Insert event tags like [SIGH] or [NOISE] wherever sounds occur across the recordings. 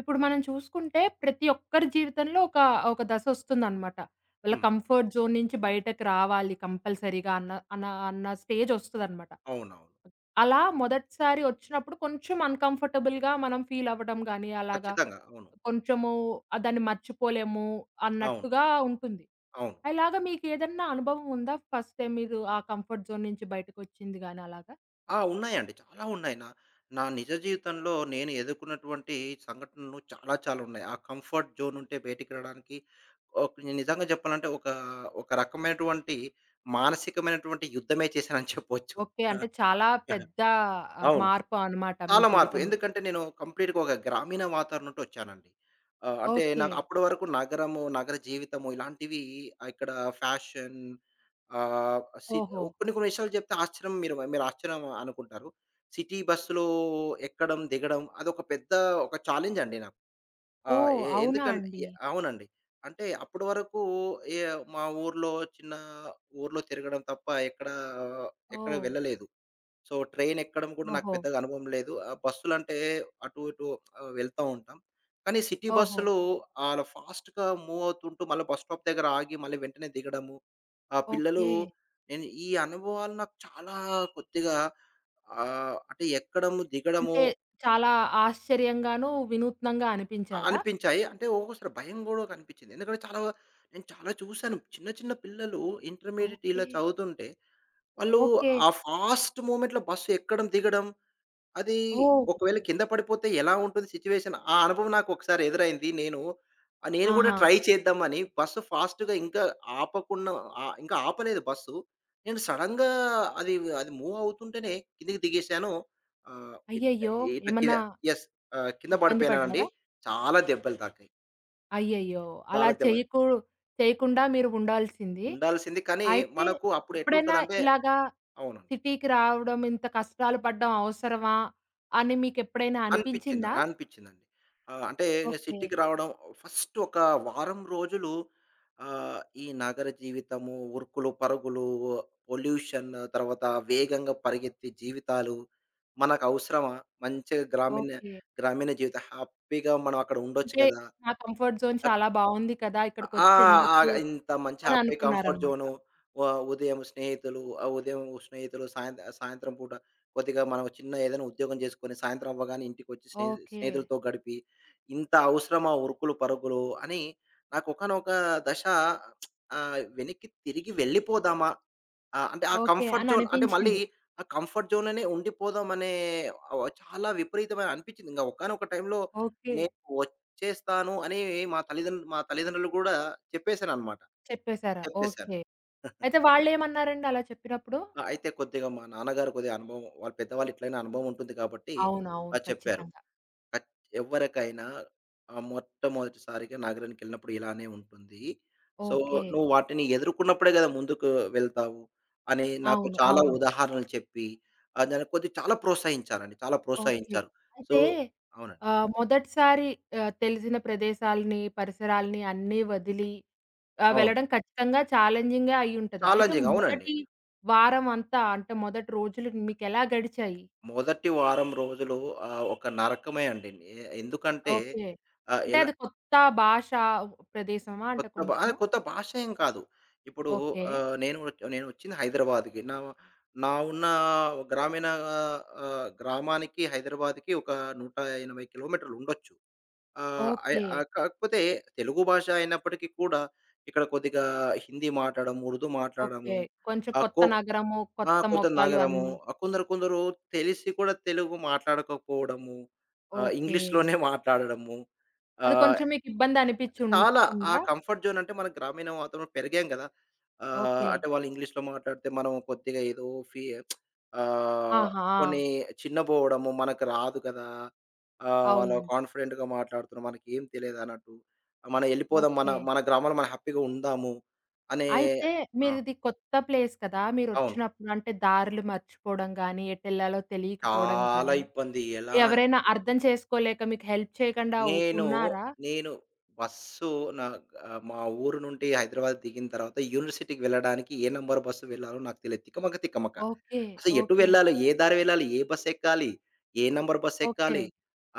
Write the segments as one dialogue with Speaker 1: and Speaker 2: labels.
Speaker 1: ఇప్పుడు మనం చూసుకుంటే ప్రతి ఒక్కరి జీవితంలో ఒక దశొస్తుందనమాట. వాళ్ళ
Speaker 2: హ్మ్.
Speaker 1: కంఫర్ట్ జోన్ నుంచి బయటకి రావాలి కంపల్సరీగా అన్న అన్న అన్న స్టేజొస్తదనమాట.
Speaker 2: అవునవును.
Speaker 1: అలా మొదటిసారి వచ్చినప్పుడు కొంచెం అన్‌కంఫర్టబుల్‌గా మనం ఫీలవ్వడం గానీ, అలాగా
Speaker 2: ఖచ్చితంగా. అవును.
Speaker 1: కొంచెము దాన్ని మర్చిపోలేము
Speaker 2: అవును.
Speaker 1: అన్నట్టుగా ఉంటుంది.
Speaker 2: అవును.
Speaker 1: అలాగా మీకేదన్నా అనుభవం ఉందా? ఫస్ట్ టైమ్ మీరు ఆ కంఫర్ట్ జోన్ నుంచి బయటకొచ్చింది గానీ అలాగా?
Speaker 2: ఆ! ఉన్నాయండి. చాలా ఉన్నాయి. నా నా నిజ జీవితంలో నేను ఎదుర్కొన్నటువంటి సంఘటనలు చాలా చాలా ఉన్నాయి. ఆ కంఫర్ట్ జోన్ ఉంటే బయటికి రావడానికి ఓక్, నేను నిజంగా చెప్పాలంటే ఒక ఒక రకమైనటువంటి మానసికమైనటువంటి యుద్ధమే చేశానని చెప్పొచ్చు.
Speaker 1: ఓకే. అంటే చాలా
Speaker 2: [LAUGHS]
Speaker 1: పెద్ద
Speaker 2: అవును.
Speaker 1: మార్పు అనమాట మీ
Speaker 2: చాలా మార్పు.
Speaker 1: జీవితంలో.
Speaker 2: ఎందుకంటే నేను కంప్లీట్‌గా ఒక గ్రామీణ వాతావరణం నుండి వచ్చానండి. అంటే
Speaker 1: ఓకే.
Speaker 2: నాకు అప్పటి వరకు నగరము, నగర జీవితము ఇలాంటివి ఇక్కడ ఫ్యాషన్ ఆహ్, సి
Speaker 1: ఓహో!
Speaker 2: కొన్ని కొన్ని విషయాలు చెప్తే ఆశ్చర్యం మీరు మీరు ఆశ్చర్యం అనుకుంటారు. సిటీ బస్సులో ఎక్కడం, దిగడం అదొక పెద్ద ఒక ఛాలెంజ్ అండి నాకు. ఆహ్,
Speaker 1: ఓహ్!
Speaker 2: ఎ
Speaker 1: అవునా
Speaker 2: ఎందుకంటే
Speaker 1: అండి?
Speaker 2: అవునండి. అంటే అప్పటి వరకు ఏ మా ఊర్లో చిన్న ఊర్లో తిరగడం తప్ప ఎక్కడ ఎక్కడ
Speaker 1: ఓహ్!
Speaker 2: వెళ్ళలేదు. సో, ట్రైనెక్కడం కూడా నాకు
Speaker 1: ఓహో!
Speaker 2: పెద్దగా అనుభవం లేదు. బస్సులంటే అటు ఇటు వెళ్తా ఉంటాం. కానీ సిటీ
Speaker 1: ఓహో!
Speaker 2: బస్సులు అలా ఫాస్ట్‌గా మూవ్ అవుతుంటూ మళ్ళీ బస్ స్టాప్ దగ్గర ఆగి మళ్ళీ వెంటనే దిగడము. ఆ పిల్లలు
Speaker 1: ఓకే.
Speaker 2: నేను ఈ అనుభవాలు నాకు చాలా కొద్దిగా అంటే ఎక్కడము, దిగడము
Speaker 1: అంటే చాలా ఆశ్చర్యంగాను, వినూత్నంగా అనిపించాయా?
Speaker 2: అనిపించాయి. అంటే ఒక్కొక్కసారి భయం గూడా కనిపించింది. ఎందుకంటే చాలా నేను చాలా చూసాను. చిన్న చిన్న పిల్లలు ఇంటర్మీడియేట్ ఇలా
Speaker 1: ఓకే.
Speaker 2: చదువుతుంటే వాళ్ళు
Speaker 1: ఓకే.
Speaker 2: ఆ ఫాస్ట్ మూవ్‌మెంట్‌లో బస్సు ఎక్కడం, దిగడం అది
Speaker 1: ఓహో!
Speaker 2: ఒకవేళ కింద పడిపోతే ఎలా ఉంటుంది సిచ్యువేషన్? ఆ అనుభవం నాకొకసారి ఎదురైంది. నేను నేను గూడా
Speaker 1: ఆహా!
Speaker 2: ట్రై చేద్దామని బస్సు ఫాస్ట్‌గా ఇంకా ఆపకుండా ఇంకా ఆపలేదు బస్సు. నేను సడెన్‌గా అది అది మూవ్ అవుతుంటేనే కిందకి దిగేశాను. ఇట్లా
Speaker 1: అయ్యయ్యో!
Speaker 2: ఇట్లా కింద
Speaker 1: ఏమన్నా
Speaker 2: యెస్. కింద
Speaker 1: ఇబ్బంది
Speaker 2: పడిపోయానండి.
Speaker 1: పడ్డారా?
Speaker 2: చాలా దెబ్బలు తాకాయి.
Speaker 1: అయ్యయ్యో! అలా
Speaker 2: చాలా దెబ్బలు.
Speaker 1: చేయకు చేయకుండా మీరు ఉండాల్సింది.
Speaker 2: ఉండాల్సింది కానీ
Speaker 1: అయితే
Speaker 2: మనకు అప్పుడు
Speaker 1: ఎప్పుడైనా
Speaker 2: ఎట్లుంటదంటే
Speaker 1: ఇలాగా
Speaker 2: అవునండి.
Speaker 1: సిటీకి రావడం, ఇంత కష్టాలు పడడం అవసరమా? అని మీకెప్పుడైనా
Speaker 2: అనిపిచ్చింది.
Speaker 1: అనిపించిందా?
Speaker 2: అనిపిచ్చిందండి. అంటే నేను
Speaker 1: ఓకే.
Speaker 2: సిటీకి రావడం ఫస్ట్ ఒక వారం రోజులు ఈ నగర జీవితము, ఉరుకులు, పరుగులు, పొల్యూషన్ తర్వాత వేగంగా పరిగెత్తే జీవితాలు మనకు అవసరమా? మంచిగా గ్రామీణ
Speaker 1: ఓకే.
Speaker 2: గ్రామీణ జీవితం హ్యాపీగా మనం అక్కడ ఉండొచ్చు
Speaker 1: అంటే
Speaker 2: కదా!
Speaker 1: నా కంఫర్ట్ జోన్ చాలా బావుంది కదా!
Speaker 2: ఆ!
Speaker 1: ఇక్కడికొచ్చేందుకు
Speaker 2: ఆగ్ ఇంత మంచి
Speaker 1: అని
Speaker 2: హ్యాపీ కంఫర్ట్
Speaker 1: అనుకున్నారనమాట.
Speaker 2: జోను. వ ఉదయం స్నేహితులు, ఉదయం స్నేహితులు సాయంత్రం పూట కొద్దిగా మనం చిన్న ఏదైనా ఉద్యోగం చేసుకొని, సాయంత్రం అవ్వగానే ఇంటికొచ్చి
Speaker 1: ఓకే.
Speaker 2: స్నేహితులతో గడిపి, ఇంత అవసరమా ఉరుకులు, పరుగులు అని నాకు ఒకానొక దశ వెనక్కి తిరిగి వెళ్ళిపోదామా? అంటే ఆ
Speaker 1: ఓకే.
Speaker 2: కంఫర్ట్
Speaker 1: అని
Speaker 2: జోన్ అంటే మళ్ళీ
Speaker 1: అనిపించింది.
Speaker 2: ఆ కంఫర్ట్ జోన్‌లోనే ఉండిపోదామనే చాలా విపరీతమైన అనిపించింది. ఇంక ఒకానొక టైంలో
Speaker 1: ఓకే.
Speaker 2: నేను ఒ చేస్తాను అని మా తల్లిదండ్రులు గూడా చెప్పేశాననమాట.
Speaker 1: చెప్పేసారా?
Speaker 2: చెప్పేశారు.
Speaker 1: ఓకే. అయితే వాళ్ళేమన్నారండి అలా చెప్పినప్పుడు?
Speaker 2: ఆ! అయితే కొద్దిగా మా నాన్నగారు కొద్దిగా అనుభవం వాళ్ళు పెద్దవాళ్ళు ఇట్లైనా అనుభవం ఉంటుంది కాబట్టి
Speaker 1: అవునవును.
Speaker 2: చెప్పారు.
Speaker 1: ఖచ్చితంగా.
Speaker 2: కచ్ ఎవ్వరికైనా మొట్టమొదటిసారిగా నాగరినికెళ్ళినప్పుడు ఇలానే ఉంటుంది. So,
Speaker 1: okay.
Speaker 2: నువ్వు వాటిని ఎదుర్కొన్నప్పుడే గదా! ముందుకు వెళ్తావు అని నాకు
Speaker 1: అవును.
Speaker 2: చాలా
Speaker 1: అవును.
Speaker 2: ఉదాహరణలు చెప్పి దాన్ని కొద్దిగా చాలా ప్రోత్సహించారండి. చాలా
Speaker 1: ఓకే.
Speaker 2: ప్రోత్సహించారు. సో
Speaker 1: అయితే
Speaker 2: అవునండి.
Speaker 1: మొదటిసారి తెలిసిన ప్రదేశాలని, పరిసరాలని అన్నీ వదిలి
Speaker 2: అవును.
Speaker 1: వెళ్ళడం ఖచ్చితంగా ఛాలెంజింగే అయ్యుంటది. అయితే
Speaker 2: ఛాలెంజింగ్ అవునండి.
Speaker 1: మొదటి వారం అంతా అంటే మొదటి రోజులు మీకెలా గడిచాయి?
Speaker 2: మొదటి వారం రోజులు ఒక నరకమే అండి. ఎందుకంటే
Speaker 1: ఓకే. అంటే
Speaker 2: ఎలా
Speaker 1: అది కొత్త భాష ప్రదేశమా అంటే
Speaker 2: కొత్త భా ఆ!
Speaker 1: కొంచెము?
Speaker 2: కొత్త భాష ఏం కాదు. ఇప్పుడు
Speaker 1: ఓకే.
Speaker 2: నేను వచ్- నేను వచ్చింది హైదరాబాద్‌కి. నా నా ఉన్న గ్రామీణ గ్రామానికి హైదరాబాద్‌కి ఒక 180 కిలోమీటర్లు ఉండొచ్చు.
Speaker 1: ఓకే.
Speaker 2: కాకపోతే తెలుగు భాష అయినప్పటికీ కూడా ఇక్కడ కొద్దిగా హిందీ మాట్లాడడం, ఉర్దూ
Speaker 1: ఓకే.
Speaker 2: మాట్లాడము,
Speaker 1: కొంచెం
Speaker 2: ఆహ్,
Speaker 1: కొత్త
Speaker 2: కో
Speaker 1: నగరము,
Speaker 2: ఆ!
Speaker 1: కొత్త
Speaker 2: కొందరు
Speaker 1: మొఖాలు
Speaker 2: నగరము.
Speaker 1: అన్నీ.
Speaker 2: కొందరు కొందరు తెలిసి కూడా తెలుగు మాట్లాడకపోవడము.
Speaker 1: ఓకే.
Speaker 2: ఇంగ్లీష్‌లోనే మాట్లాడడము.
Speaker 1: అది
Speaker 2: ఆహ్,
Speaker 1: కొంచెం మీకు ఇబ్బందనిపిచ్చి
Speaker 2: చాలా ఆ
Speaker 1: ఉందా?
Speaker 2: కంఫర్ట్ జోన్ అంటే మన గ్రామీణ వాతావరణం పెరిగాం గదా!
Speaker 1: ఓకే.
Speaker 2: అంటే వాళ్ళు ఇంగ్లీష్‌లో మాట్లాడితే మనం కొద్దిగా ఏదో ఫీ ఆహ్,
Speaker 1: ఆహా! ఆ!
Speaker 2: కొన్ని చిన్నబోవడము మనకు రాదు కదా! వాళ్ళు
Speaker 1: అవునండి.
Speaker 2: కాన్ఫిడెంట్‌గా మాట్లాడుతున్నారు. మనకేం తెలియదు అన్నట్టు. మనం ఎళ్ళిపోదాం. మన
Speaker 1: ఓకే.
Speaker 2: మన గ్రామంలో మనం హ్యాపీగా ఉందాము అనే
Speaker 1: అయితే
Speaker 2: ఆ!
Speaker 1: మీరిది కొత్త ప్లేస్ కదా!
Speaker 2: అవును.
Speaker 1: మీరొచ్చినప్పుడు అంటే దారులు మర్చిపోవడం గానీ, ఎటెళ్ళాలో తెలియకపోవడం
Speaker 2: చాలా
Speaker 1: గానీ,
Speaker 2: ఇబ్బంది. ఎలా
Speaker 1: ఎవరైనా అర్థం చేసుకోలేక మీకు హెల్ప్ చేయకుండా
Speaker 2: నేను,
Speaker 1: ఉన్నారా?
Speaker 2: నేను బస్సు నా మా ఊరు నుండి హైదరాబాద్ దిగిన తర్వాత యూనివర్సిటీకి వెళ్ళడానికి ఏ నంబర్ బస్సు వెళ్ళాలో నాకు తెలియదు. తికమక తికమక.
Speaker 1: ఓకే.
Speaker 2: అసలు ఎటు
Speaker 1: ఓకే.
Speaker 2: వెళ్ళాలి? ఏ దారి వెళ్ళాలి? ఏ బస్సెక్కాలి? ఏ నంబర్
Speaker 1: ఓకే.
Speaker 2: బస్సెక్కాలి?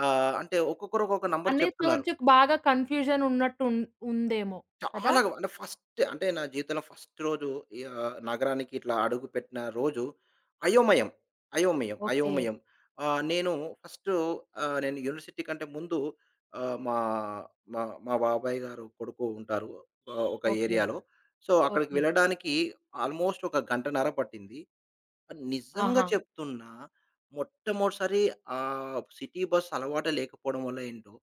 Speaker 2: అంటే ఒక్కొక్కరు ఒక్కొక్క నంబర్
Speaker 1: అన్నిటి
Speaker 2: చెప్తున్నారు.
Speaker 1: గురించి బాగా కన్‌ఫ్యూజన్ ఉన్నట్టు ఉన్ ఉందేమో కదా!
Speaker 2: చాలా గ- అంటే ఫస్ట్ అంటే నా జీవితంలో ఫస్ట్ రోజు ఈ నగరానికి ఇట్లా అడుగుపెట్టిన రోజు అయోమయం. అయోమయం.
Speaker 1: ఓకే.
Speaker 2: అయోమయం. నేను ఫస్టు నేను యూనివర్సిటీ కంటే ముందు ఆహ్, మా మా మా బాబాయ్ గారు కొడుకు ఉంటారు. ఒక
Speaker 1: ఓకే.
Speaker 2: ఏరియాలో. సో, అక్కడికి
Speaker 1: ఓకే.
Speaker 2: వెళ్ళడానికి ఆల్మోస్ట్ ఒక గంటన్నర పట్టింది. నిజంగా
Speaker 1: ఆహా!
Speaker 2: చెప్తున్నా. మొట్టమొదటిసారి సిటీ బస్ అలవాటే లేకపోవడం వల్ల ఏంటో,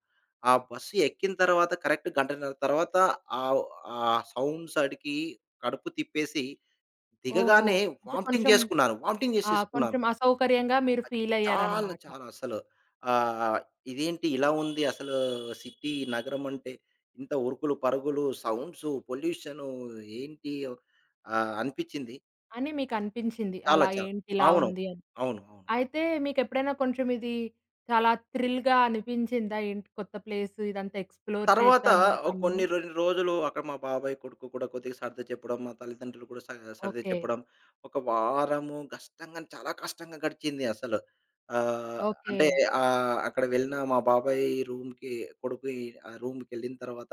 Speaker 2: ఆ బస్సు ఎక్కిన తర్వాత కరెక్ట్ గంటన్నర తర్వాత ఆహ్, ఆ సౌండ్ సడికి కడుపు తిప్పేసి
Speaker 1: ఓహో!
Speaker 2: దిగగానే
Speaker 1: అంటే
Speaker 2: వామిటింగ్
Speaker 1: కొంచెం
Speaker 2: చేసుకున్నాను. వామిటింగ్
Speaker 1: ఆ!
Speaker 2: చేసేసుకున్నాను.
Speaker 1: కొంచెం అసౌకర్యంగా మీరు
Speaker 2: చాలా
Speaker 1: ఫీలయ్యారనమాట.
Speaker 2: చాలా అసలు. ఆహ్, ఇదేంటి ఇలా ఉంది అసలు సిటీ నగరం అంటే ఇంత ఉరుకులు, పరుగులు, సౌండ్సు, పొల్యూషను ఏంటి అనిపించింది.
Speaker 1: అని మీకనిపించింది.
Speaker 2: చాలా
Speaker 1: అలా
Speaker 2: చాలా.
Speaker 1: ఏంటి ఇలా
Speaker 2: అవును.
Speaker 1: ఉంది అని.
Speaker 2: అవును. అవును.
Speaker 1: అయితే మీకెప్పుడైనా కొంచెం ఇది చాలా థ్రిల్‌గా అనిపించిందా? ఏంటి కొత్త ప్లేస్ ఇదంతా ఎక్స్‌ప్లోర్
Speaker 2: తర్వాత
Speaker 1: చేద్దాము
Speaker 2: ఒక
Speaker 1: అని?
Speaker 2: కొన్ని రొ రోజులు అక్కడ మా బాబాయ్ కొడుకు కూడా కొద్దిగా సర్ది చెప్పడం, మా తల్లిదండ్రులు కూడా సర్ది
Speaker 1: ఓకే.
Speaker 2: చెప్పడం. ఒక వారము కష్టంగా చాలా కష్టంగా గడిచింది అసలు. ఆహ్,
Speaker 1: ఓకే.
Speaker 2: అంటే అక్కడ వెళ్ళిన మా బాబాయ్ రూమ్‌కి కొడుకు ఆ రూమ్‌కెళ్ళిన తర్వాత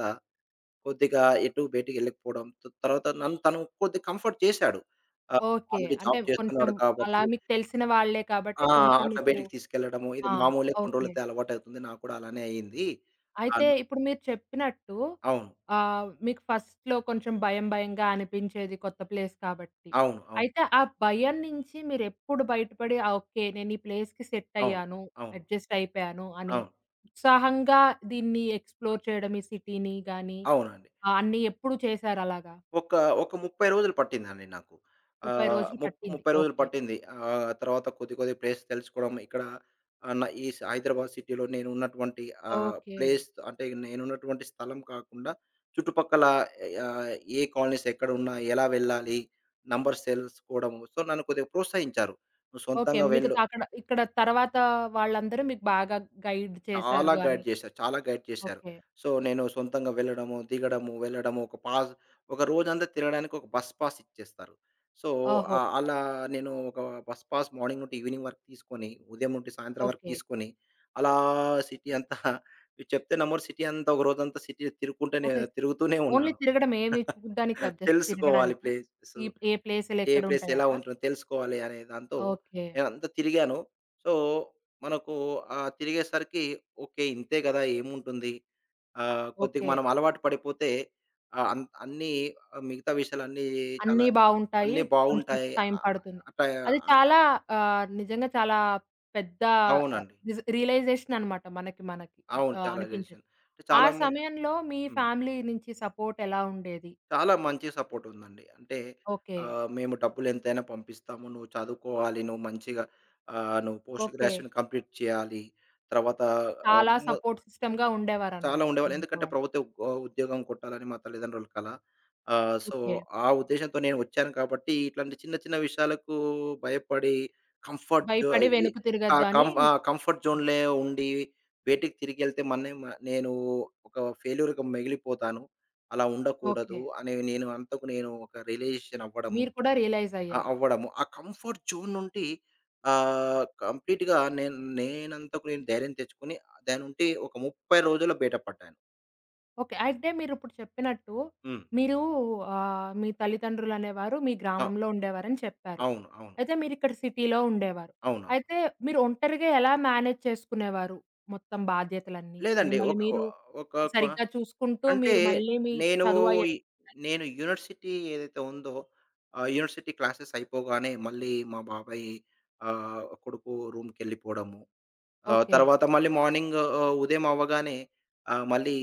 Speaker 2: కొద్దిగా ఎటు బయటికి వెళ్ళకపోవడం. తర్వాత నన్ను తను కొద్దిగా కంఫర్ట్ చేశాడు. ఆహ్,
Speaker 1: ఓకే.
Speaker 2: ఆల్రెడీ
Speaker 1: అంటే
Speaker 2: జాబ్
Speaker 1: కొంచెం
Speaker 2: చేస్తున్నాడు
Speaker 1: అలా
Speaker 2: కాబట్టి
Speaker 1: మీకు తెలిసిన వాళ్ళే
Speaker 2: ఆ!
Speaker 1: కాబట్టి కొంచెం
Speaker 2: అట్లా
Speaker 1: మీకు
Speaker 2: బయటికి తీసుకెళ్ళడము. ఇది
Speaker 1: ఆ!
Speaker 2: మామూలే, కొన్ని
Speaker 1: ఓకే.
Speaker 2: రోజులైతే అలవాటవుతుంది. నాకు కూడా అలానే అయింది.
Speaker 1: అయితే
Speaker 2: అన్
Speaker 1: ఇప్పుడు మీరు చెప్పినట్టు
Speaker 2: అవును.
Speaker 1: మీకు ఫస్ట్‌లో కొంచెం భయం భయంగా అనిపించేది కొత్త ప్లేస్ కాబట్టి.
Speaker 2: అవును. అవును.
Speaker 1: అయితే ఆ భయం నుంచి మీరెప్పుడు బయటపడి ఆ! ఓకే. నేను ఈ ప్లేస్‌కి సెట్
Speaker 2: అవును.
Speaker 1: అయ్యాను.
Speaker 2: అవును.
Speaker 1: అడ్జస్ట్ అయిపోయాను అని
Speaker 2: అవును.
Speaker 1: ఉత్సాహంగా దీన్ని ఎక్స్‌ప్లోర్ చేయడం ఈ సిటీని గాని
Speaker 2: అవునండి.
Speaker 1: అన్నీ ఎప్పుడు చేశారు అలాగా?
Speaker 2: ఒక ఒక 30 రోజులు పట్టిందండి నాకు.
Speaker 1: 30
Speaker 2: ఆహ్,
Speaker 1: రోజులు
Speaker 2: ముప్
Speaker 1: పట్టింది.
Speaker 2: 30 రోజులు
Speaker 1: ఓకే.
Speaker 2: పట్టింది. తర్వాత కొద్ది కొద్ది ప్లేస్ తెలుసుకోవడం. ఇక్కడ నా ఈ స- హైదరాబాద్ సిటీలో నేను ఉన్నటువంటి
Speaker 1: ఓకే.
Speaker 2: ప్లేస్ అంటే నేనున్నటువంటి స్థలం కాకుండా చుట్టుపక్కల ఆహ్, ఏ కాలనీస్ ఎక్కడున్నాయి? ఎలా వెళ్ళాలి? నంబర్స్ తెలుసుకోవడం. సో, నన్ను కొద్దిగా ప్రోత్సహించారు. "నువ్వు
Speaker 1: ఓకే.
Speaker 2: సొంతంగా వెళ్ళు."
Speaker 1: మిగతా అక్కడ ఇక్కడ తర్వాత వాళ్ళందరూ మీకు బాగా గైడ్ చేశారు
Speaker 2: చాలా
Speaker 1: గాని.
Speaker 2: గైడ్ చేశారు. చాలా గైడ్ చేశారు.
Speaker 1: ఓకే.
Speaker 2: సో, నేను సొంతంగా వెళ్ళడము, దిగడము, వెళ్ళడము, ఒక పాస్ ఒక రోజంతా తిరగడానికి ఒక బస్ పాస్ ఇచ్చేస్తారు. సో,
Speaker 1: ఓహో!
Speaker 2: అలా నేను ఒక బస్ పాస్ మార్నింగ్ నుండి ఈవినింగ్ వరకు తీసుకొని, ఉదయం నుండి సాయంత్రం వరకు
Speaker 1: ఓకే.
Speaker 2: తీసుకొని, అలా సిటీ అంతా [LAUGHS] మీరు చెప్తే నమ్మరు, సిటీ అంతా ఒక రోజంతా సిటీ తిరుక్కుంటూనే
Speaker 1: ఓకే.
Speaker 2: తిరుగుతూనే
Speaker 1: ఓన్లీ
Speaker 2: ఉన్నాను.
Speaker 1: తిరగడం ఏవి
Speaker 2: [LAUGHS]
Speaker 1: చూడ్డానికి కాదు. జస్ట్
Speaker 2: తెలుసుకోవాలి
Speaker 1: తిరగడానికా?
Speaker 2: ప్లేసెస్.
Speaker 1: ఈ ఏ
Speaker 2: ఏ ప్లేస్ ఎలా
Speaker 1: ప్లేసులెక్కడుంటాయనా?
Speaker 2: ఉంటుందో తెలుసుకోవాలి అనే దాంతో
Speaker 1: ఓకే.
Speaker 2: నేనంతా తిరిగాను. సో, మనకు తిరిగేసరికి ఓకే. ఇంతే గదా! ఏముంటుంది. కొద్దిగా
Speaker 1: ఓకే.
Speaker 2: మనం అలవాటు పడిపోతే ఆహ్, అన్ అన్నీ మిగతా విషయాలన్నీ చాలా
Speaker 1: అన్నీ బావుంటాయి.
Speaker 2: అన్నీ
Speaker 1: కొంచెం
Speaker 2: బావుంటాయి.
Speaker 1: టైం పడుతుంది.
Speaker 2: అట్లా
Speaker 1: అది చాలా నిజంగా చాలా పెద్ద ఆహ్,
Speaker 2: అవునండి.
Speaker 1: రియలైజేషన్ అనమాట మనకి మనకి
Speaker 2: అవును. చాలా
Speaker 1: అనిపించేది.
Speaker 2: రిలేషన్.
Speaker 1: ఆ
Speaker 2: చాలా మంది
Speaker 1: సమయంలో మీ
Speaker 2: హ్మ్.
Speaker 1: ఫ్యామిలీ నుంచి సపోర్ట్ ఎలా ఉండేది?
Speaker 2: చాలా మంచి సపోర్ట్ ఉందండి. అంటే
Speaker 1: ఓకే.
Speaker 2: మేము డబ్బులెంతైనా పంపిస్తాము. నువ్వు చదువుకోవాలి. నువ్వు మంచిగా నువ్వు పోస్ట్
Speaker 1: ఓకే.
Speaker 2: గ్రాడ్యుయేషన్ కంప్లీట్ చేయాలి. తర్వాత ఆహ్,
Speaker 1: చాలా
Speaker 2: మొ
Speaker 1: సపోర్ట్ సిస్టమ్‌గా
Speaker 2: చాలా
Speaker 1: ఉండేవారనమాట మీ
Speaker 2: ఉండేవాళ్ళు.
Speaker 1: ఇంట్లో
Speaker 2: ఎందుకంటే
Speaker 1: వాళ్ళు.
Speaker 2: ప్రభుత్వ ఉద్యోగం కొట్టాలని మా తల్లిదండ్రుల కల. So,
Speaker 1: okay.
Speaker 2: ఆ ఉద్దేశంతో నేను వచ్చాను కాబట్టి ఇట్లాంటి చిన్న చిన్న విషయాలకు భయపడి కంఫర్ట్ జో
Speaker 1: భయపడి
Speaker 2: ఎ
Speaker 1: వెనుక
Speaker 2: ఆ!
Speaker 1: తిరగొద్దు
Speaker 2: కం
Speaker 1: అని
Speaker 2: ఆ! కంఫర్ట్ జోన్‌లే ఉండి బయటికి తిరిగెళ్తే మన్నే మ నేను ఒక ఫెయిల్యూర్‌గా మిగిలిపోతాను. అలా ఉండకూడదు
Speaker 1: ఓకే.
Speaker 2: అని నేను అంతకు నేను ఒక రియలైజేషన్ అవ్వడము
Speaker 1: మీరు కూడా రియలైజ్
Speaker 2: ఆ!
Speaker 1: అయ్యారు.
Speaker 2: అవ్వడము. ఆ కంఫర్ట్ జోన్ నుండి కంప్లీట్‌గా నేను నేనంతకు నేను ధైర్యం తెచ్చుకొని దాని నుండి ఒక 30 రోజుల్లో బయట పడ్డాను.
Speaker 1: ఓకే. అయితే మీరిప్పుడు చెప్పినట్టు
Speaker 2: హ్మ్.
Speaker 1: మీరు మీ తల్లిదండ్రులనేవారు మీ
Speaker 2: అవ్
Speaker 1: గ్రామంలో ఉండేవారని చెప్పారు.
Speaker 2: అవును. అవును.
Speaker 1: అయితే మీరిక్కడ సిటీలో ఉండేవారు.
Speaker 2: అవునవును.
Speaker 1: అయితే మీరు ఒంటరిగా ఎలా మేనేజ్ చేసుకునేవారు మొత్తం బాధ్యతలన్నీ?
Speaker 2: లేదండి.
Speaker 1: మిమ్మల్ని మీరు
Speaker 2: ఒక కొ
Speaker 1: సరిగ్గా చూసుకుంటూ
Speaker 2: అంటే
Speaker 1: మీరు మళ్ళీ మీ
Speaker 2: నేను
Speaker 1: చదువయ్యే
Speaker 2: ఇ నేను యూనివర్సిటీ ఏదైతే ఉందో, యూనివర్సిటీ క్లాసెస్ అయిపోగానే మళ్ళీ మా బాబాయ్ కొడుకు రూమ్‌కెళ్ళిపోవడము.
Speaker 1: ఓకే.
Speaker 2: తర్వాత మళ్ళీ మార్నింగ్ ఉదయం అవ్వగానే మళ్ళీ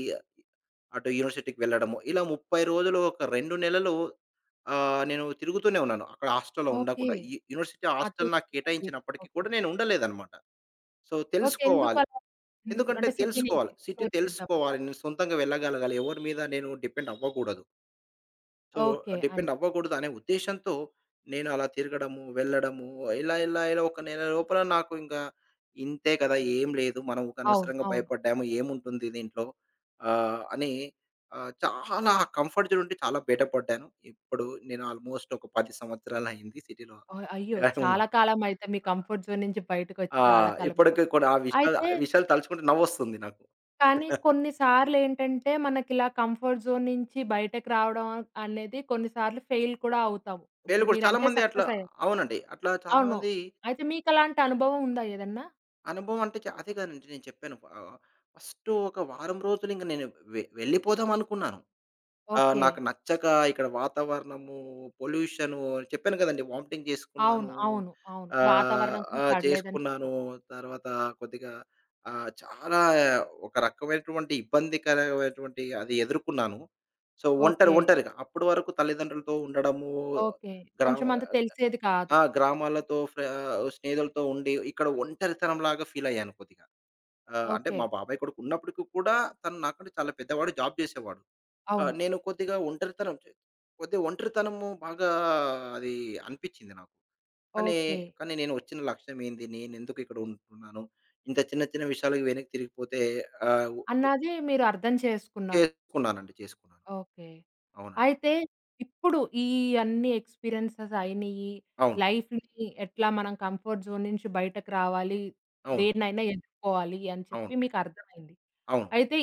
Speaker 2: అటు యూనివర్సిటీకి వెళ్ళడము. ఇలా 30 రోజులు ఒక 2 నెలలు నేను తిరుగుతూనే ఉన్నాను. అక్కడ హాస్టల్‌లో
Speaker 1: ఓకే.
Speaker 2: ఉండకుండా. యూనివర్సిటీ
Speaker 1: అటు
Speaker 2: హాస్టల్ నాకు
Speaker 1: ఇటు.
Speaker 2: కేటాయించినప్పటికి
Speaker 1: ఓకే.
Speaker 2: కూడా నేను ఉండలేదన్నమాట. So,
Speaker 1: okay.
Speaker 2: తెలుసుకోవాలి.
Speaker 1: ఎందుకలా? ఎందుకు?
Speaker 2: ఎందుకంటే
Speaker 1: అంటే సిటీని
Speaker 2: తెలుసుకోవాలి. సిటీ
Speaker 1: ఎక్స్‌ప్లోర్ చేద్దామనా?
Speaker 2: తెలుసుకోవాలి. నేను సొంతంగా వెళ్ళగలగాలి. ఎవరి మీద నేను డిపెండ్ అవ్వకూడదు. So,
Speaker 1: okay. అని.
Speaker 2: డిపెండ్ అవ్వకూడదు అనే ఉద్దేశ్యంతో నేను అలా తిరగడము, వెళ్ళడము ఇలా ఇలా ఇలా ఒక నెల లోపల నాకు ఇంకా ఇంతే కదా! ఏం లేదు. మనం ఊకె
Speaker 1: అవును.
Speaker 2: అనవసరంగా
Speaker 1: అవును.
Speaker 2: భయపడ్డాము. ఏముంటుంది దీంట్లో అని చాలా కంఫర్ట్ జోన్ నుండి చాలా బయటపడ్డాను. ఇప్పుడు నేను ఆల్మోస్ట్ ఒక 10 సంవత్సరాలయింది సిటీలో.
Speaker 1: ఓహ్! అయ్యో! చాలా కాలం అయితే మీ కంఫర్ట్ జోన్ నుంచి బయటకొచ్చి
Speaker 2: ఆ!
Speaker 1: చాలా కాలమైంది.
Speaker 2: ఇప్పటికి కూడా ఆ
Speaker 1: అయితే
Speaker 2: విషయాలు తలుచుకుంటే నవ్వొస్తుంది నాకు.
Speaker 1: కానీ కొన్ని సార్లేంటంటే మనకిలా కంఫర్ట్ జోన్ నుంచి బయటకి రావడం అనేది కొన్నిసార్లు ఫెయిల్ కూడా అవుతాము.
Speaker 2: ఫెయిల్
Speaker 1: ఇప్పుడు
Speaker 2: కూడా
Speaker 1: మీరంటే
Speaker 2: చాలామంది అట్లా
Speaker 1: సక్సెస్ అయ్యారు.
Speaker 2: అవునండి. అట్లా
Speaker 1: అవును.
Speaker 2: చాలామంది
Speaker 1: అయితే మీకలాంటి అనుభవం ఉందా ఏదన్నా?
Speaker 2: అనుభవం అంటే చ అదే కదండీ నేను చెప్పాను. ఫస్ట్ ఒక వారం రోజులు ఇంక నేను వెళ్ళిపోదాం అనుకున్నాను.
Speaker 1: ఓకే.
Speaker 2: నాకు నచ్చక ఇక్కడ వాతావరణము, పొల్యూషను చెప్పాను కదండీ వామిటింగ్
Speaker 1: అవును.
Speaker 2: చేసుకున్నాను.
Speaker 1: అవును. అవును. వాతావరణం కూడా
Speaker 2: ఆ!
Speaker 1: పడలేదని
Speaker 2: చేసుకున్నాను.
Speaker 1: చెప్పారు.
Speaker 2: తర్వాత కొద్దిగా చాలా ఒక రకమైనటువంటి ఇబ్బందికరమైనటువంటి అది ఎదుర్కొన్నాను. సో, ఒంటరి
Speaker 1: ఓకే.
Speaker 2: ఒంటరిగా అప్పటి వరకు తల్లిదండ్రులతో ఉండడము
Speaker 1: ఓకే.
Speaker 2: గ్రామ
Speaker 1: కొంచెం అంత తెలిసేది కాదు.
Speaker 2: ఆ! గ్రామాలతో స్నేహితులతో ఉండి ఇక్కడ ఒంటరితనంలాగా ఫీలయ్యాను కొద్దిగా. అంటే
Speaker 1: ఓకే.
Speaker 2: మా బాబాయ్ కొడుకు ఉన్నప్పటికి కూడా తను నాకంటే చాలా పెద్దవాడు, జాబ్ చేసేవాడు.
Speaker 1: అవును.
Speaker 2: నేను కొద్దిగా ఒంటరితనం చే కొద్దిగా ఒంటరితనము బాగా అది అనిపిచ్చింది నాకు. కానీ,
Speaker 1: ఓకే.
Speaker 2: కానీ నేను వచ్చిన లక్ష్యం ఏంది? నేనెందుకు ఇక్కడ ఉంటున్నాను? ఇంత చిన్న చిన్న విషయాలకి వెనక్కి తిరిగిపోతే ఆహ్,
Speaker 1: అన్నది మీరు అర్థం చేసుకున్నారు.
Speaker 2: చేసుకున్నానండి. చేసుకున్నాను.
Speaker 1: ఓకే.
Speaker 2: అవునండి.
Speaker 1: అయితే ఇప్పుడు ఈ అన్ని ఎక్స్‌పీరియన్సెస్ అయినియి,
Speaker 2: అవును.
Speaker 1: లైఫ్‌ని ఎట్లా మనం కంఫర్ట్ జోన్ నుంచి బయటకు రావాలి,
Speaker 2: అవును.
Speaker 1: దేన్నైనా ఎదుర్కోవాలి అని చెప్పి
Speaker 2: అవును.
Speaker 1: మీకు అర్థమైంది.
Speaker 2: అవును. అవును.
Speaker 1: అయితే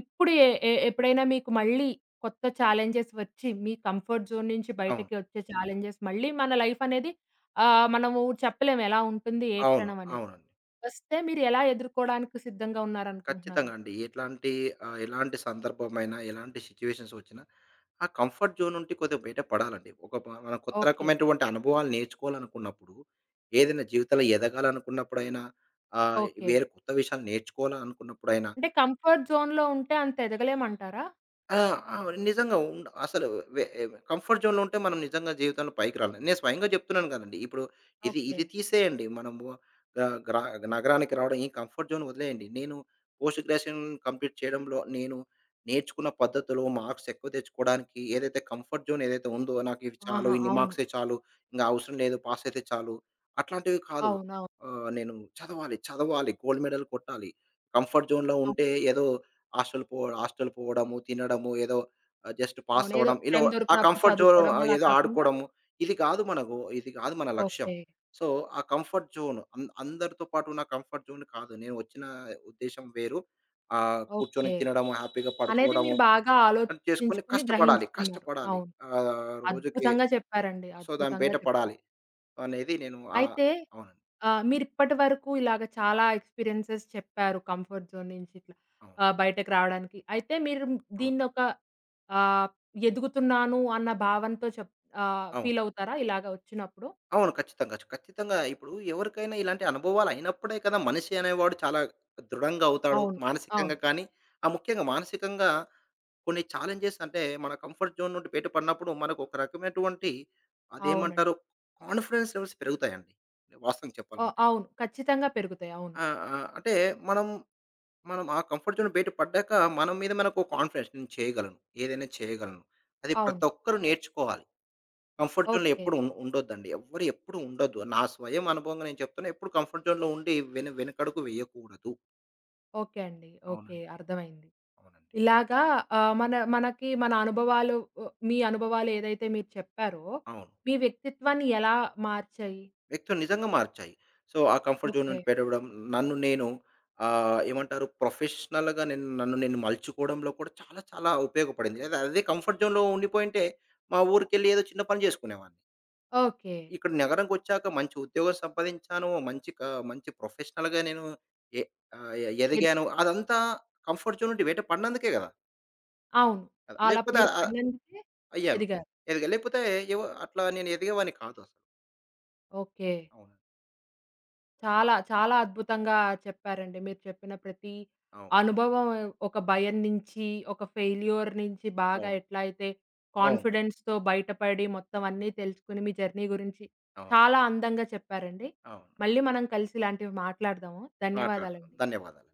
Speaker 1: ఇప్పుడు ఎ ఎ ఎప్పుడైనా మీకు మళ్ళీ కొత్త ఛాలెంజెస్ వచ్చి, మీ కంఫర్ట్ జోన్ నుంచి
Speaker 2: అవును.
Speaker 1: బయటకి వచ్చే ఛాలెంజెస్ మళ్ళీ మన లైఫ్ అనేది మనము చెప్పలేము ఎలా ఉంటుంది, ఏ
Speaker 2: అవును.
Speaker 1: క్షణం అనేది.
Speaker 2: అవునండి.
Speaker 1: వస్తే మీరు ఎలా ఎదుర్కోవడానికి సిద్ధంగా ఉన్నారనుకుంటున్నారు?
Speaker 2: ఖచ్చితంగా అండి. ఎట్లాంటి ఎలాంటి సందర్భమైనా, ఎలాంటి సిట్యుయేషన్స్ వచ్చినా, ఆ కంఫర్ట్ జోన్ నుండి కొద్దిగా బయట పడాలండి. ఒక ప మనం కొత్త
Speaker 1: ఓకే.
Speaker 2: రకమైనటువంటి అనుభవాలు నేర్చుకోవాలనుకున్నప్పుడు, ఏదైనా జీవితంలో ఎదగాలనుకున్నప్పుడైనా,
Speaker 1: ఓకే.
Speaker 2: వేరే కొత్త విషయాలు నేర్చుకోవాలనుకున్నప్పుడైనా
Speaker 1: అంటే కంఫర్ట్ జోన్‌లో ఉంటే అంత ఎదగలేమంటారా?
Speaker 2: ఆ! ఆ! నిజంగా ఉండ అసలు వె కంఫర్ట్ జోన్‌లో ఉంటే మనం నిజంగా జీవితంలో పైకి రాలేం. నేను స్వయంగా చెప్తున్నాను కదండీ! ఇప్పుడు ఇది
Speaker 1: ఓకే.
Speaker 2: ఇది తీసేయండి. మనము ఆహ్, గ్రా నగరానికి రావడం ఈ కంఫర్ట్ జోన్ వదిలేయండి. నేను పోస్ట్ గ్రాడ్యుయేషన్ కంప్లీట్ చేయడంలో నేను నేర్చుకున్న పద్ధతులు, మార్క్స్ ఎక్కువ తెచ్చుకోవడానికి ఏదైతే కంఫర్ట్ జోన్ ఏదైతే ఉందో నాకు ఇవి చాలు,
Speaker 1: ఆహా!
Speaker 2: ఇన్ని
Speaker 1: అవును.
Speaker 2: మార్క్సే చాలు, ఇంక అవసరం లేదు పాస్ అయితే చాలు అట్లాంటివి కాదు.
Speaker 1: అవునవును. అవును.
Speaker 2: నేను చదవాలి, చదవాలి, గోల్డ్ మెడల్ కొట్టాలి. కంఫర్ట్ జోన్‌లో
Speaker 1: అవును.
Speaker 2: ఉంటే ఏదో హాస్టల్ పోవడము, తినడము, ఏదో జస్ట్ పాస్
Speaker 1: అవును. ఏదో
Speaker 2: అవ్వడం. ఇలా
Speaker 1: టైం
Speaker 2: ఆ
Speaker 1: దొరికినప్పుడు
Speaker 2: కంఫర్ట్ జోన్
Speaker 1: చదువుకోవడం అలా
Speaker 2: ఏదో
Speaker 1: కాకుండా
Speaker 2: ఆడుకోవడము. ఇది కాదు మనకు, ఇది కాదు మన లక్ష్యం.
Speaker 1: ఓకే.
Speaker 2: సో, ఆ కంఫర్ట్ జోన్ అం అందరితో పాటు ఉన్న కంఫర్ట్ జోన్ కాదు. నేను వచ్చిన ఉద్దేశ్యం వేరు. కూర్చొని
Speaker 1: ఓకే.
Speaker 2: తినడము, హ్యాపీగా
Speaker 1: అనేది
Speaker 2: పడుకోవడము
Speaker 1: మీరు బాగా
Speaker 2: అని చేసుకొని
Speaker 1: ఆలోచించుకొని
Speaker 2: కష్టపడాలి.
Speaker 1: గ్రహించుకున్నారు.
Speaker 2: కష్టపడాలి.
Speaker 1: అవును.
Speaker 2: రోజుకి
Speaker 1: అద్భుతంగా చెప్పారండి.
Speaker 2: సో, దాన్ని
Speaker 1: అద్భుతంగా
Speaker 2: బయట
Speaker 1: చెప్పారు.
Speaker 2: పడాలి అనేది నేను
Speaker 1: అయితే
Speaker 2: అవునండి.
Speaker 1: మీరిప్పటి వరకు ఇలాగ చాలా ఎక్స్‌పీరియన్సెస్ చెప్పారు కంఫర్ట్ జోన్ నుంచి ఇట్లా
Speaker 2: అవును.
Speaker 1: బయటకి రావడానికి. అయితే మీరు
Speaker 2: అవును.
Speaker 1: దీన్నొక ఆహ్, ఎదుగుతున్నాను అన్న భావనతో
Speaker 2: అవును.
Speaker 1: ఫీలవుతారా ఇలాగ వచ్చినప్పుడు?
Speaker 2: అవును. ఖచ్చితంగా. ఖచ్చితంగా. ఇప్పుడు ఎవరికైనా ఇలాంటి అనుభవాలు అయినప్పుడే కదా మనిషి అనేవాడు చాలా దృఢంగా అవుతాడు.
Speaker 1: అవును.
Speaker 2: మానసికంగా
Speaker 1: అవును.
Speaker 2: కానీ, ఆ ముఖ్యంగా మానసికంగా కొన్ని ఛాలెంజెస్ అంటే మన కంఫర్ట్ జోన్ నుండి బయటపడినప్పుడు మనకు ఒక రకమైనటువంటి
Speaker 1: అవునండి.
Speaker 2: అదేమంటారు కాన్ఫిడెన్స్ లెవెల్స్ పెరుగుతాయండి. వాస్తవం
Speaker 1: ఆ!
Speaker 2: చెప్పాలంటే.
Speaker 1: అవును. ఖచ్చితంగా పెరుగుతాయి. అవును.
Speaker 2: ఆ! ఆ! అంటే మనం, మనం ఆ కంఫర్ట్ జోన్ బయట పడ్డాక మన మీద మనకు కాన్ఫిడెన్స్, నేను చేయగలను. ఏదైనా చేయగలను. అది
Speaker 1: అవును.
Speaker 2: ప్రతి ఒక్కరు నేర్చుకోవాలి. కంఫర్ట్ జోన్‌లో
Speaker 1: ఓకే.
Speaker 2: ఎప్పుడు ఉండొద్దండి. ఎవ్వరు ఎప్పుడు ఉండొద్దు. నా స్వయం అనుభవంగా నేను చెప్తున్నా. ఎప్పుడు కంఫర్ట్ జోన్‌లో ఉండి వెనకడుగు వేయకూడదు.
Speaker 1: ఓకే అండి. ఓకే.
Speaker 2: అవునండి.
Speaker 1: అర్థమైంది.
Speaker 2: అవునండి.
Speaker 1: ఇలాగా మన మనకి మన అనుభవాలు మీ అనుభవాలు ఏదైతే మీరు చెప్పారో,
Speaker 2: అవును.
Speaker 1: మీ వ్యక్తిత్వాన్ని ఎలా మార్చాయి?
Speaker 2: వ్యక్తులు నిజంగా మార్చాయి. సో, ఆ కంఫర్ట్ జోన్
Speaker 1: ఓకే.
Speaker 2: నుండి పెరగడం, నన్ను ఏమంటారు ప్రొఫెషనల్‌గా నేను నన్ను మలుచుకోవడంలో కూడా చాలా చాలా ఉపయోగపడింది. అదే అదే కంఫర్ట్ జోన్‌లో ఉండిపోయుంటే మా ఊరికెళ్ళి ఏదో చిన్న పని చేసుకునేవాడిని.
Speaker 1: ఓకే.
Speaker 2: ఇక్కడ నగరంకొచ్చాక మంచి ఉద్యోగం సంపాదించాను. మంచి ప్రొఫెషనల్‌గా నేను ఎ ఆహ్, ఎ
Speaker 1: ఎది
Speaker 2: ఎదిగాను. అదంతా కంఫర్ట్ జోన్ నుండి బయట పడినందుకే గదా!
Speaker 1: అవును.
Speaker 2: కదా!
Speaker 1: అలా
Speaker 2: లేకపోతే
Speaker 1: మీరు పడినందుకే
Speaker 2: అయ్యాను.
Speaker 1: ఎదిగారు.
Speaker 2: ఎదిగా లేకపోతే ఏవో అట్లా నేను ఎదిగేవాడిని కాదు అసలు.
Speaker 1: ఓకే.
Speaker 2: అవును.
Speaker 1: చాలా, చాలా అద్భుతంగా చెప్పారండి. మీరు చెప్పిన ప్రతి
Speaker 2: అవును.
Speaker 1: అనుభవం ఒక భయం నుంచి, ఒక ఫెయిల్యూర్ నుంచి బాగా
Speaker 2: అవును.
Speaker 1: ఎట్లా అయితే
Speaker 2: అవును.
Speaker 1: కాన్ఫిడెన్స్‌తో బయటపడి మొత్తం అన్నీ తెలుసుకొని మీ జర్నీ గురించి
Speaker 2: అవును.
Speaker 1: చాలా అందంగా చెప్పారండి.
Speaker 2: అవును.
Speaker 1: మళ్ళీ మనం కలిసి ఇలాంటివి మాట్లాడదాము.
Speaker 2: మాట్లాడదాం.
Speaker 1: ధన్యవాదాలండి.
Speaker 2: ధన్యవాదాలు.